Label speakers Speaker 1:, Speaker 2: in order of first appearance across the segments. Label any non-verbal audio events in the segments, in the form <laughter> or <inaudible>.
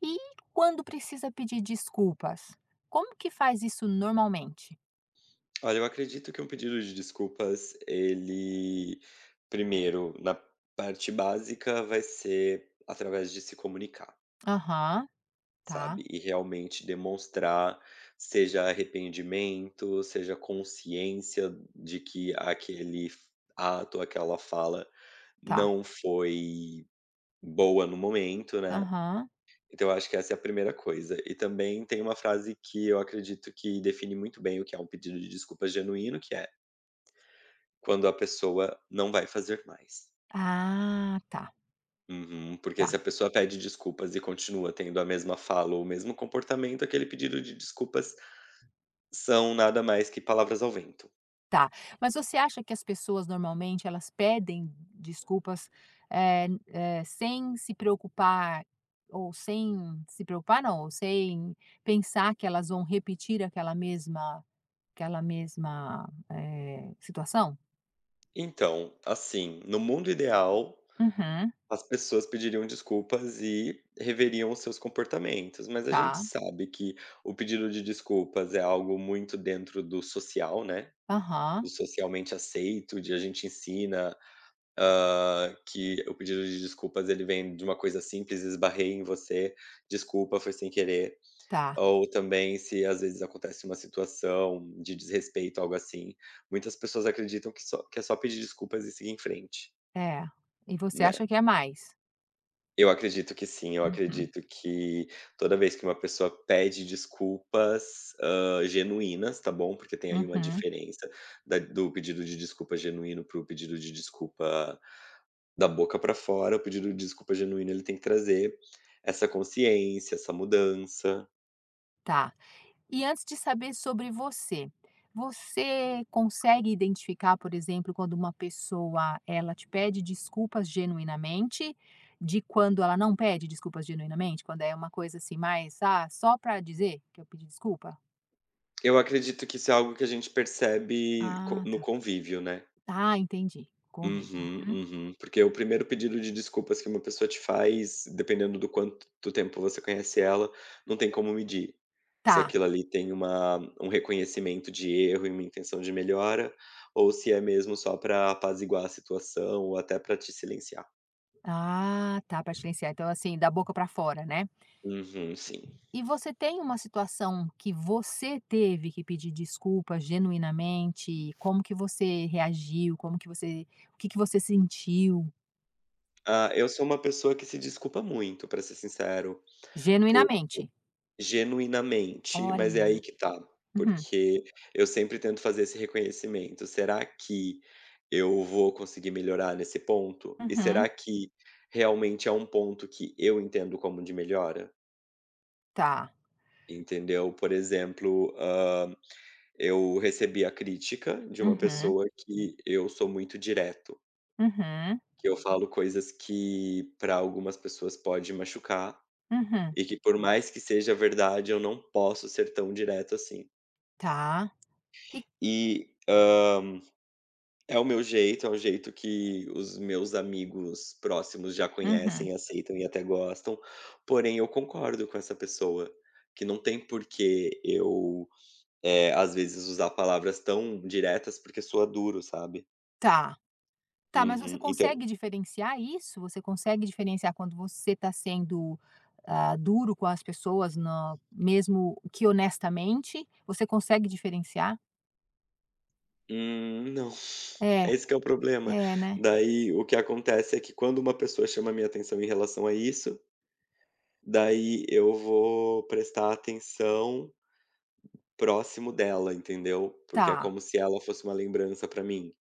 Speaker 1: E quando precisa pedir desculpas? Como que faz isso normalmente?
Speaker 2: Olha, eu acredito que um pedido de desculpas, ele, primeiro, na parte básica, vai ser através de se comunicar,
Speaker 1: Aham, tá,
Speaker 2: sabe? E realmente demonstrar, seja arrependimento, seja consciência de que aquele ato, aquela fala
Speaker 1: tá.
Speaker 2: não foi boa no momento, né?
Speaker 1: Aham.
Speaker 2: Então, eu acho que essa é a primeira coisa. E também tem uma frase que eu acredito que define muito bem o que é um pedido de desculpas genuíno, que é quando a pessoa não vai fazer mais.
Speaker 1: Ah, tá,
Speaker 2: Uhum, porque se
Speaker 1: tá,
Speaker 2: a pessoa pede desculpas e continua tendo a mesma fala ou o mesmo comportamento, aquele pedido de desculpas são nada mais que palavras ao vento.
Speaker 1: tá. Mas você acha que as pessoas normalmente elas pedem desculpas, sem se preocupar ou sem se preocupar não, ou sem pensar que elas vão repetir aquela mesma situação?
Speaker 2: Então, assim, no mundo ideal,
Speaker 1: Uhum,
Speaker 2: as pessoas pediriam desculpas e reveriam os seus comportamentos, mas a gente
Speaker 1: tá.
Speaker 2: sabe que o pedido de desculpas é algo muito dentro do social, né,
Speaker 1: Aham,
Speaker 2: do socialmente aceito, de a gente ensina que o pedido de desculpas ele vem de uma coisa simples: "Esbarrei em você, desculpa, foi sem querer".
Speaker 1: tá.
Speaker 2: Ou também se às vezes acontece uma situação de desrespeito, algo assim, muitas pessoas acreditam que só que é só pedir desculpas e seguir em frente,
Speaker 1: É, e você
Speaker 2: né.
Speaker 1: acha que é mais.
Speaker 2: Eu acredito que sim, eu
Speaker 1: Uhum,
Speaker 2: acredito que toda vez que uma pessoa pede desculpas, genuínas, tá bom, porque tem aí uma
Speaker 1: uhum,
Speaker 2: diferença da do pedido de desculpa genuíno para o pedido de desculpa da boca para fora, o pedido de desculpa genuíno, ele tem que trazer essa consciência, essa mudança.
Speaker 1: tá. E antes de saber sobre você, você consegue identificar, por exemplo, quando uma pessoa, ela te pede desculpas genuinamente, de quando ela não pede desculpas genuinamente? Quando é uma coisa assim mais: "Ah, só pra dizer que eu pedi desculpa"?
Speaker 2: Eu acredito que isso é algo que a gente percebe co
Speaker 1: Ah,
Speaker 2: no
Speaker 1: tá.
Speaker 2: convívio, né.
Speaker 1: Ah, entendi, convívio.
Speaker 2: Uhum,
Speaker 1: Uhum.
Speaker 2: uhum. Porque o primeiro pedido de desculpas que uma pessoa te faz, dependendo do quanto do tempo você conhece ela, não tem como medir. Se
Speaker 1: Tá.
Speaker 2: aquilo ali tem uma um reconhecimento de erro e uma intenção de melhora, ou se é mesmo só para apaziguar a situação ou até para te silenciar.
Speaker 1: Ah, tá, pra silenciar. Então, assim, da boca pra fora, né?
Speaker 2: Uhum, sim.
Speaker 1: E você tem uma situação que você teve que pedir desculpas genuinamente? Como que você reagiu? Como que você o que que você sentiu
Speaker 2: Ah, eu sou uma pessoa que se desculpa muito, pra ser sincero, por
Speaker 1: genuinamente?
Speaker 2: genuinamente, mas é aí
Speaker 1: Olha.
Speaker 2: que tá,
Speaker 1: Uhum.
Speaker 2: porque eu sempre tento fazer esse reconhecimento. Será que eu vou conseguir melhorar nesse ponto? E
Speaker 1: Uhum.
Speaker 2: será que realmente é um ponto que eu entendo como de melhora?
Speaker 1: Tá.
Speaker 2: Entendeu? Por exemplo, eu recebi a crítica de uma
Speaker 1: Uhum.
Speaker 2: pessoa que eu sou muito direto,
Speaker 1: Uhum.
Speaker 2: que eu falo coisas que para algumas pessoas pode machucar.
Speaker 1: Uhum.
Speaker 2: E que por mais que seja verdade, eu não posso ser tão direto assim.
Speaker 1: Tá. E,
Speaker 2: E é o meu jeito, é o jeito que os meus amigos próximos já
Speaker 1: uhum.
Speaker 2: conhecem, aceitam e até gostam, porém eu concordo com essa pessoa, que não tem porquê eu, às vezes usar palavras tão diretas, porque soa duro, sabe.
Speaker 1: Tá. Tá, mas você
Speaker 2: Uhum. Então
Speaker 1: consegue diferenciar isso? Você consegue diferenciar quando você está sendo duro com as pessoas na mesmo que honestamente? Você consegue diferenciar?
Speaker 2: não. <laughs> É
Speaker 1: É.
Speaker 2: esse que é o problema.
Speaker 1: É, né.
Speaker 2: Daí o que acontece é que quando uma pessoa chama a minha atenção em relação a isso, daí eu vou prestar atenção próximo dela, entendeu? Porque é
Speaker 1: Tá,
Speaker 2: como se ela fosse uma lembrança pra mim.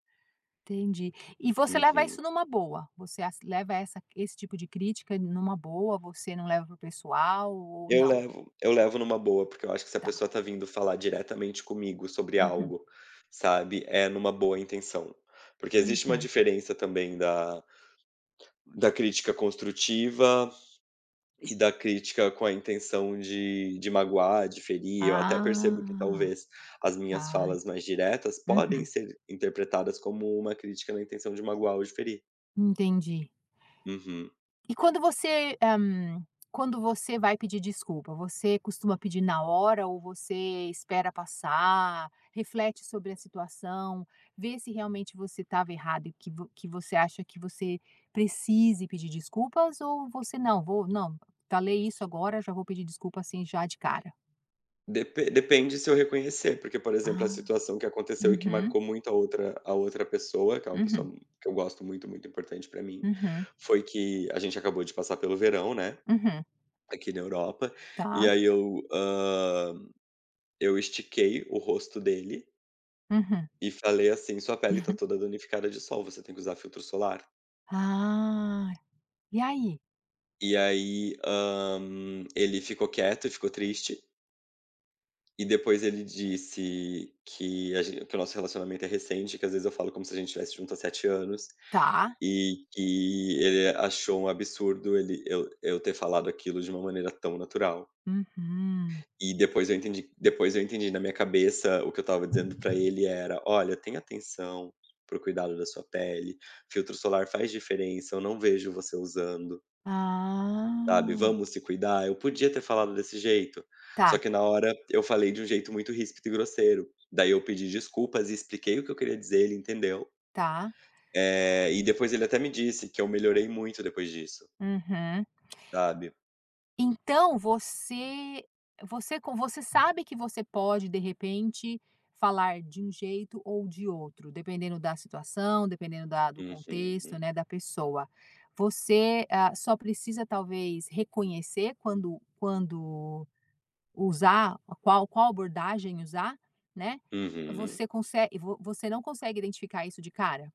Speaker 1: entendi. E você leva
Speaker 2: Uhum.
Speaker 1: isso numa boa? Você as leva essa esse tipo de crítica numa boa, você não leva pro pessoal ou
Speaker 2: Eu
Speaker 1: não?
Speaker 2: levo eu levo numa boa, porque eu acho que se a
Speaker 1: Tá.
Speaker 2: pessoa tá vindo falar diretamente comigo sobre
Speaker 1: Uhum,
Speaker 2: algo, sabe, é numa boa intenção. Porque existe uma
Speaker 1: uhum.
Speaker 2: diferença também da crítica construtiva e da crítica com a intenção de magoar, de ferir. Eu até percebo que
Speaker 1: Ah,
Speaker 2: talvez as minhas
Speaker 1: tá.
Speaker 2: falas mais diretas podem
Speaker 1: Uhum,
Speaker 2: ser interpretadas como uma crítica na intenção de magoar ou de ferir.
Speaker 1: entendi.
Speaker 2: Uhum.
Speaker 1: E quando você vai pedir desculpa, você costuma pedir na hora ou você espera passar, reflete sobre a situação, vê se realmente você estava errado e que você acha que você precise pedir desculpas ou você: "Não, vou não, falei isso agora, já vou pedir desculpa, assim, já de cara"?
Speaker 2: Depende se eu reconhecer, porque, por exemplo, a
Speaker 1: Ah,
Speaker 2: situação que aconteceu e que
Speaker 1: uhum,
Speaker 2: marcou muito a outra pessoa, que é uma
Speaker 1: uhum,
Speaker 2: pessoa que eu gosto muito, muito importante pra mim,
Speaker 1: uhum,
Speaker 2: foi que a gente acabou de passar pelo verão, né,
Speaker 1: uhum,
Speaker 2: aqui na Europa, e
Speaker 1: tá,
Speaker 2: aí eu, eu estiquei o rosto dele
Speaker 1: uhum, uhum.
Speaker 2: e falei assim: "Sua pele tá toda
Speaker 1: <laughs>
Speaker 2: danificada de sol, você tem que usar filtro solar".
Speaker 1: Ah, e aí?
Speaker 2: E aí, ele ficou quieto e ficou triste, e depois ele disse que a gen que o nosso relacionamento é recente, que às vezes eu falo como se a gente tivesse junto há 7 anos,
Speaker 1: Tá,
Speaker 2: e que ele achou um absurdo ele eu ter falado aquilo de uma maneira tão natural.
Speaker 1: uhum.
Speaker 2: E depois eu entendi, na minha cabeça, o que eu estava dizendo para ele era: "Olha, tenha atenção pro cuidado da sua pele, filtro solar faz diferença, eu não vejo você usando, sabe,
Speaker 1: Ah,
Speaker 2: vamos se cuidar". Eu podia ter falado desse jeito, só
Speaker 1: tá,
Speaker 2: que na hora eu falei de um jeito muito ríspido e grosseiro. Daí eu pedi desculpas e expliquei o que eu queria dizer, ele entendeu.
Speaker 1: tá.
Speaker 2: E depois ele até me disse que eu melhorei muito depois disso,
Speaker 1: Uhum.
Speaker 2: sabe.
Speaker 1: Então você sabe que você pode, de repente, falar de um jeito ou de outro, dependendo da situação, dependendo da do contexto,
Speaker 2: Uhum,
Speaker 1: né, da pessoa. Você só precisa talvez reconhecer quando usar, qual abordagem usar, né.
Speaker 2: uhum.
Speaker 1: Você consegue? Vo você não consegue identificar isso de cara?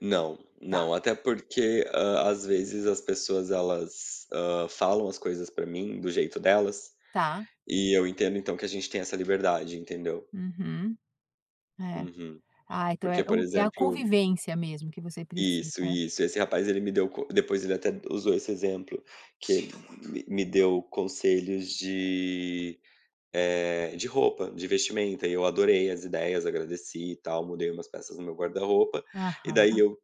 Speaker 2: Não,
Speaker 1: Tá,
Speaker 2: não, até porque, às vezes as pessoas elas, falam as coisas pra mim do jeito delas,
Speaker 1: tá.
Speaker 2: e eu entendo então que a gente tem essa liberdade, entendeu.
Speaker 1: Uhum. É.
Speaker 2: Uhum.
Speaker 1: Ah, então é
Speaker 2: Porque, por
Speaker 1: o é a
Speaker 2: exemplo,
Speaker 1: convivência mesmo que você precisa,
Speaker 2: isso,
Speaker 1: né.
Speaker 2: isso, esse rapaz ele me deu co depois ele até usou esse exemplo, que ele me deu conselhos de, de roupa, de vestimenta, e eu adorei as ideias, agradeci e tal, mudei umas peças no meu guarda-roupa, e daí
Speaker 1: Aham,
Speaker 2: eu,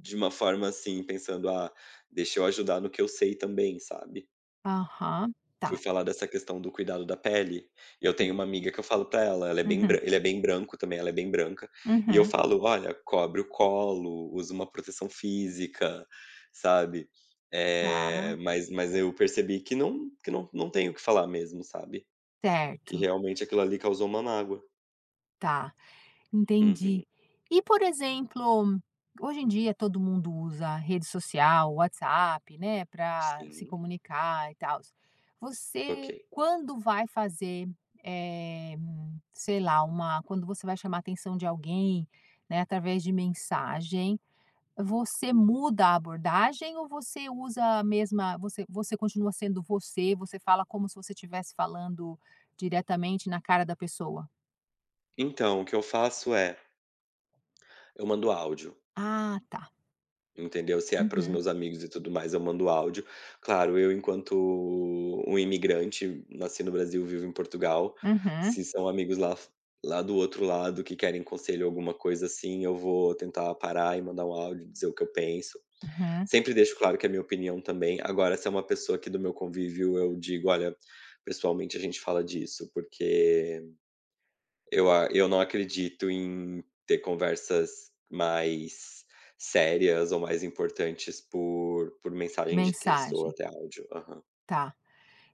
Speaker 2: de uma forma assim, pensando: "Ah, deixa eu ajudar no que eu sei também", sabe.
Speaker 1: aham.
Speaker 2: Fui
Speaker 1: Tá.
Speaker 2: falar dessa questão do cuidado da pele, e eu tenho uma amiga que eu falo pra ela, ela é bem
Speaker 1: Uhum,
Speaker 2: bran ele é bem branco também, ela é bem branca, e eu
Speaker 1: uhum.
Speaker 2: falo: "Olha, cobre o colo, usa uma proteção física", sabe.
Speaker 1: Tá,
Speaker 2: Mas eu percebi que não não tenho o que falar mesmo, sabe. Que
Speaker 1: certo.
Speaker 2: realmente aquilo ali causou uma mágoa.
Speaker 1: Tá,
Speaker 2: Uhum.
Speaker 1: entendi. E, por exemplo, hoje em dia todo mundo usa rede social, WhatsApp, né, para se
Speaker 2: Sim,
Speaker 1: comunicar e tal.
Speaker 2: ok.
Speaker 1: Você quando vai fazer, eh, sei lá, uma quando você vai chamar a atenção de alguém, né, através de mensagem, você muda a abordagem ou você usa a mesma, você continua sendo você, você fala como se você tivesse falando diretamente na cara da pessoa?
Speaker 2: Então, o que eu faço é, eu mando áudio.
Speaker 1: Ah, tá.
Speaker 2: Entendeu? Se é para os
Speaker 1: Uhum,
Speaker 2: meus amigos e tudo mais, eu mando áudio. Claro, eu enquanto um imigrante, nasci no Brasil, vivo em Portugal,
Speaker 1: uhum,
Speaker 2: se são amigos lá do outro lado que querem conselho, alguma coisa assim, eu vou tentar parar e mandar um áudio, dizer o que eu penso.
Speaker 1: uhum.
Speaker 2: Sempre deixo claro que é a minha opinião também. Agora, se é uma pessoa aqui do meu convívio, eu digo: "Olha, pessoalmente a gente fala disso, porque". Eu não acredito em ter conversas mais sérias ou mais importantes por mensagem de texto ou
Speaker 1: Mensagem,
Speaker 2: até áudio. Aham.
Speaker 1: tá.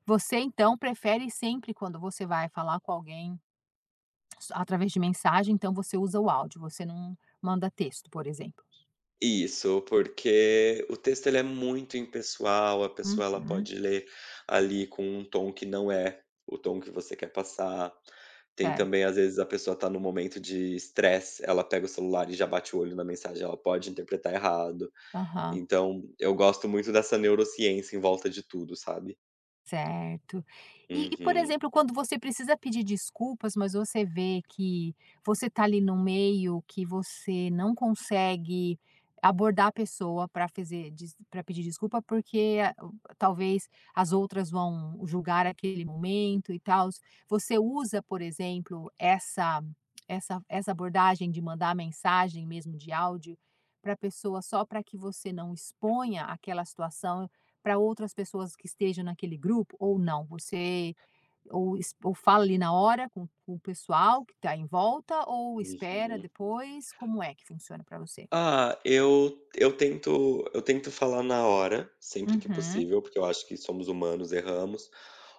Speaker 1: Você então prefere sempre quando você vai falar com alguém através de mensagem, então você usa o áudio, você não manda texto, por exemplo.
Speaker 2: Isso, porque o texto ele é muito impessoal, a pessoa ela
Speaker 1: Uhum,
Speaker 2: pode ler ali com um tom que não é o tom que você quer passar. Tem
Speaker 1: certo.
Speaker 2: também, às vezes, a pessoa tá num momento de estresse, ela pega o celular e já bate o olho na mensagem, ela pode interpretar errado.
Speaker 1: Aham.
Speaker 2: Então eu gosto muito dessa neurociência em volta de tudo, sabe?
Speaker 1: Certo. E, por
Speaker 2: Uhum,
Speaker 1: exemplo, quando você precisa pedir desculpas, mas você vê que você está ali no meio, que você não consegue abordar a pessoa para pedir desculpa, porque talvez as outras vão julgar aquele momento e tal. Você usa, por exemplo, essa abordagem de mandar mensagem mesmo de áudio para a pessoa só para que você não exponha aquela situação para outras pessoas que estejam naquele grupo ou não? Você ou fala ali na hora com o pessoal que está em volta ou espera
Speaker 2: uhum.
Speaker 1: depois? Como é que funciona para você?
Speaker 2: Ah, eu tento falar na hora, sempre que
Speaker 1: Uhum,
Speaker 2: possível, porque eu acho que somos humanos, erramos,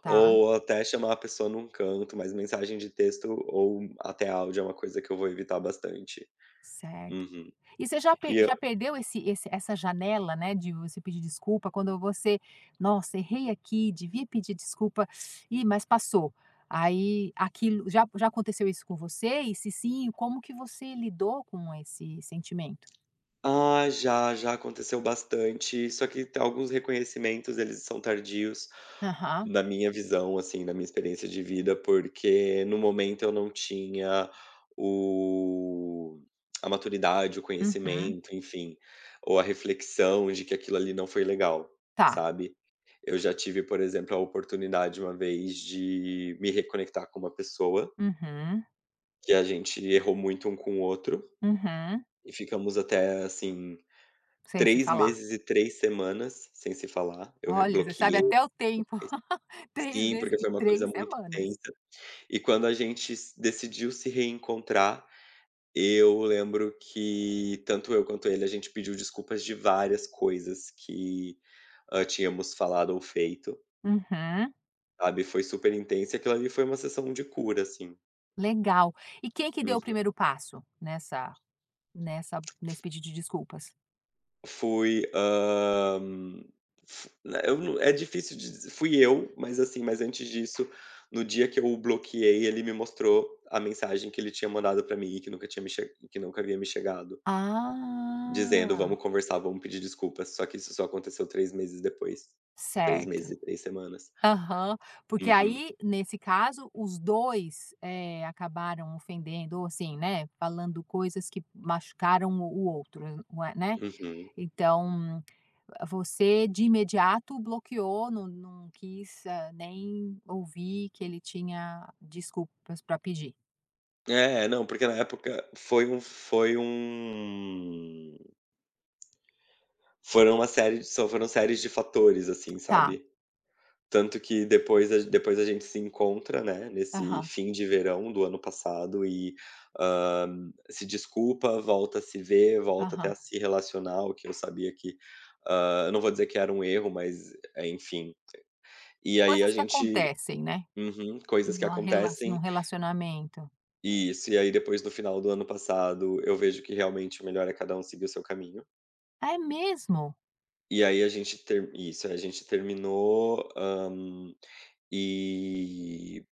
Speaker 1: tá,
Speaker 2: ou até chamar a pessoa num canto, mas mensagem de texto ou até áudio é uma coisa que eu vou evitar bastante.
Speaker 1: certo.
Speaker 2: Uhum.
Speaker 1: E você já per
Speaker 2: E eu
Speaker 1: já perdeu esse esse essa janela, né, de você pedir desculpa quando você: "Nossa, errei aqui, devia pedir desculpa, e mas passou". Aí aquilo já aconteceu isso com você? E se sim, como que você lidou com esse sentimento?
Speaker 2: já, já aconteceu bastante, só que tem alguns reconhecimentos, eles são tardios.
Speaker 1: Aham,
Speaker 2: Na minha visão, assim, na minha experiência de vida, porque no momento eu não tinha o a maturidade, o
Speaker 1: uhum.
Speaker 2: conhecimento, enfim, ou a reflexão de que aquilo ali não foi legal,
Speaker 1: Tá.
Speaker 2: sabe. Eu já tive, por exemplo, a oportunidade uma vez de me reconectar com uma pessoa,
Speaker 1: Uhum,
Speaker 2: que a gente errou muito um com o outro,
Speaker 1: uhum.
Speaker 2: e ficamos até, assim,
Speaker 1: Sem se
Speaker 2: 3
Speaker 1: falar.
Speaker 2: meses e 3 semanas sem se falar, eu re
Speaker 1: Olha, você sabe
Speaker 2: bloqueei,
Speaker 1: até o tempo. <laughs> três
Speaker 2: sim,
Speaker 1: meses
Speaker 2: porque
Speaker 1: e
Speaker 2: foi uma coisa
Speaker 1: 3
Speaker 2: muito
Speaker 1: semanas.
Speaker 2: intensa. E quando a gente s decidiu se reencontrar, eu lembro que tanto eu quanto ele, a gente pediu desculpas de várias coisas que, tínhamos falado ou feito,
Speaker 1: Uhum,
Speaker 2: sabe, foi super intenso e aquilo ali foi uma sessão de cura, assim.
Speaker 1: legal. E quem que deu o
Speaker 2: Uhum.
Speaker 1: primeiro passo nessa nessa nesse pedido de desculpas?
Speaker 2: Fui, hã, fu né, eu não é difícil de dizer fui eu, mas assim, mas antes disso, no dia que eu o bloqueei, ele me mostrou a mensagem que ele tinha mandado pra mim e que nunca tinha me che que nunca havia me chegado. Dizendo:
Speaker 1: Ah,
Speaker 2: "Vamos conversar, vamos pedir desculpas", só que isso só aconteceu 3 meses depois. três
Speaker 1: certo.
Speaker 2: meses e três semanas.
Speaker 1: Aham. Porque
Speaker 2: Uhum,
Speaker 1: aí, nesse caso, os 2 acabaram ofendendo ou assim, né, falando coisas que machucaram o outro, não é né.
Speaker 2: uhum.
Speaker 1: Então você de imediato bloqueou, não quis, nem ouvir que ele tinha desculpas para pedir.
Speaker 2: É, não, porque na época foi um foram uma série só foram séries de fatores, assim,
Speaker 1: Tá.
Speaker 2: sabe. Tanto que depois a gente se encontra, né, nesse
Speaker 1: Aham,
Speaker 2: fim de verão do ano passado e, se desculpa, volta a se ver, volta até
Speaker 1: aham.
Speaker 2: a se relacionar, o que eu sabia que, eu não vou dizer que era um erro, mas, é, enfim. E aí a
Speaker 1: Coisas que
Speaker 2: gente.
Speaker 1: acontecem, né,
Speaker 2: Uhum, coisas que
Speaker 1: num
Speaker 2: acontecem.
Speaker 1: relacionamento.
Speaker 2: E isso, e aí depois no final do ano passado, eu vejo que realmente o melhor é cada um seguir o seu caminho.
Speaker 1: É mesmo?
Speaker 2: E aí a gente ter isso, a gente terminou, e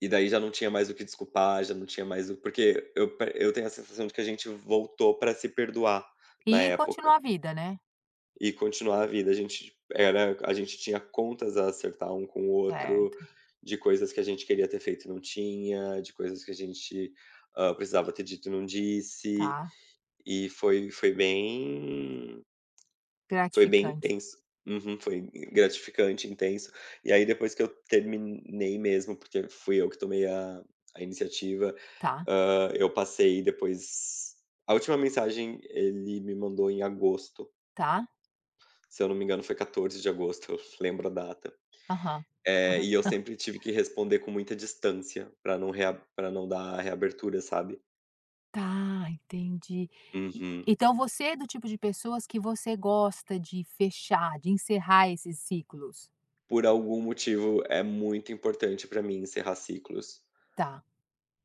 Speaker 2: e daí já não tinha mais o que desculpar, já não tinha mais o porque eu pe eu tenho a sensação de que a gente voltou para se perdoar na
Speaker 1: E
Speaker 2: época.
Speaker 1: continua a vida, né?
Speaker 2: E continuar a vida. A gente tinha contas a acertar um com o outro,
Speaker 1: Certo,
Speaker 2: de coisas que a gente queria ter feito e não tinha, de coisas que a gente, precisava ter dito e não disse,
Speaker 1: tá.
Speaker 2: e foi foi bem
Speaker 1: Gratificante.
Speaker 2: intenso. Uhum, foi gratificante, intenso. E aí depois que eu terminei mesmo, porque fui eu que tomei a iniciativa,
Speaker 1: Tá,
Speaker 2: eu passei depois. A última mensagem ele me mandou em agosto.
Speaker 1: tá.
Speaker 2: Se eu não me engano, foi 14 de agosto, eu lembro a data.
Speaker 1: Aham.
Speaker 2: E eu sempre tive que responder com muita distância para não rea pra não dar reabertura, sabe.
Speaker 1: Tá, entendi. E
Speaker 2: Uhum.
Speaker 1: então você é do tipo de pessoas que você gosta de fechar, de encerrar esses ciclos?
Speaker 2: Por algum motivo, é muito importante para mim encerrar ciclos.
Speaker 1: Tá.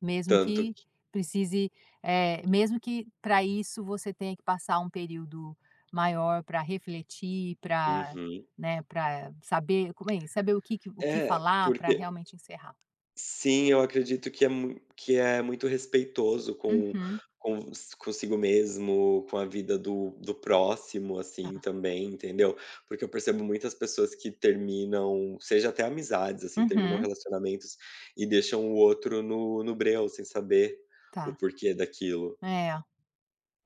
Speaker 1: Mesmo
Speaker 2: Tanto
Speaker 1: que
Speaker 2: que
Speaker 1: precise, mesmo que para isso você tenha que passar um período maior para refletir, para,
Speaker 2: uhum.
Speaker 1: né, para saber como é, saber o que
Speaker 2: É,
Speaker 1: falar para
Speaker 2: porque
Speaker 1: realmente encerrar.
Speaker 2: sim, eu acredito que é mui que é muito respeitoso
Speaker 1: Uhum.
Speaker 2: com s consigo mesmo, com a vida do próximo,
Speaker 1: Tá.
Speaker 2: assim, também, entendeu. Porque eu percebo muitas pessoas que terminam, seja até amizades, assim, terminam
Speaker 1: Uhum.
Speaker 2: relacionamentos e deixam o outro no breu, sem saber o
Speaker 1: Tá.
Speaker 2: porquê daquilo,
Speaker 1: É,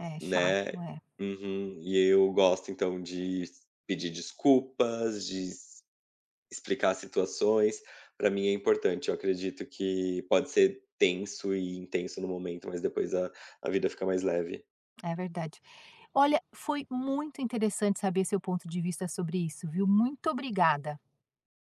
Speaker 1: é
Speaker 2: né.
Speaker 1: chato, é,
Speaker 2: Uhum. E eu gosto, então, de pedir desculpas, de explicar situações, para mim é importante. Eu acredito que pode ser tenso e intenso no momento, mas depois a vida fica mais leve.
Speaker 1: é verdade. Olha, foi muito interessante saber seu ponto de vista sobre isso, viu. Muito obrigada.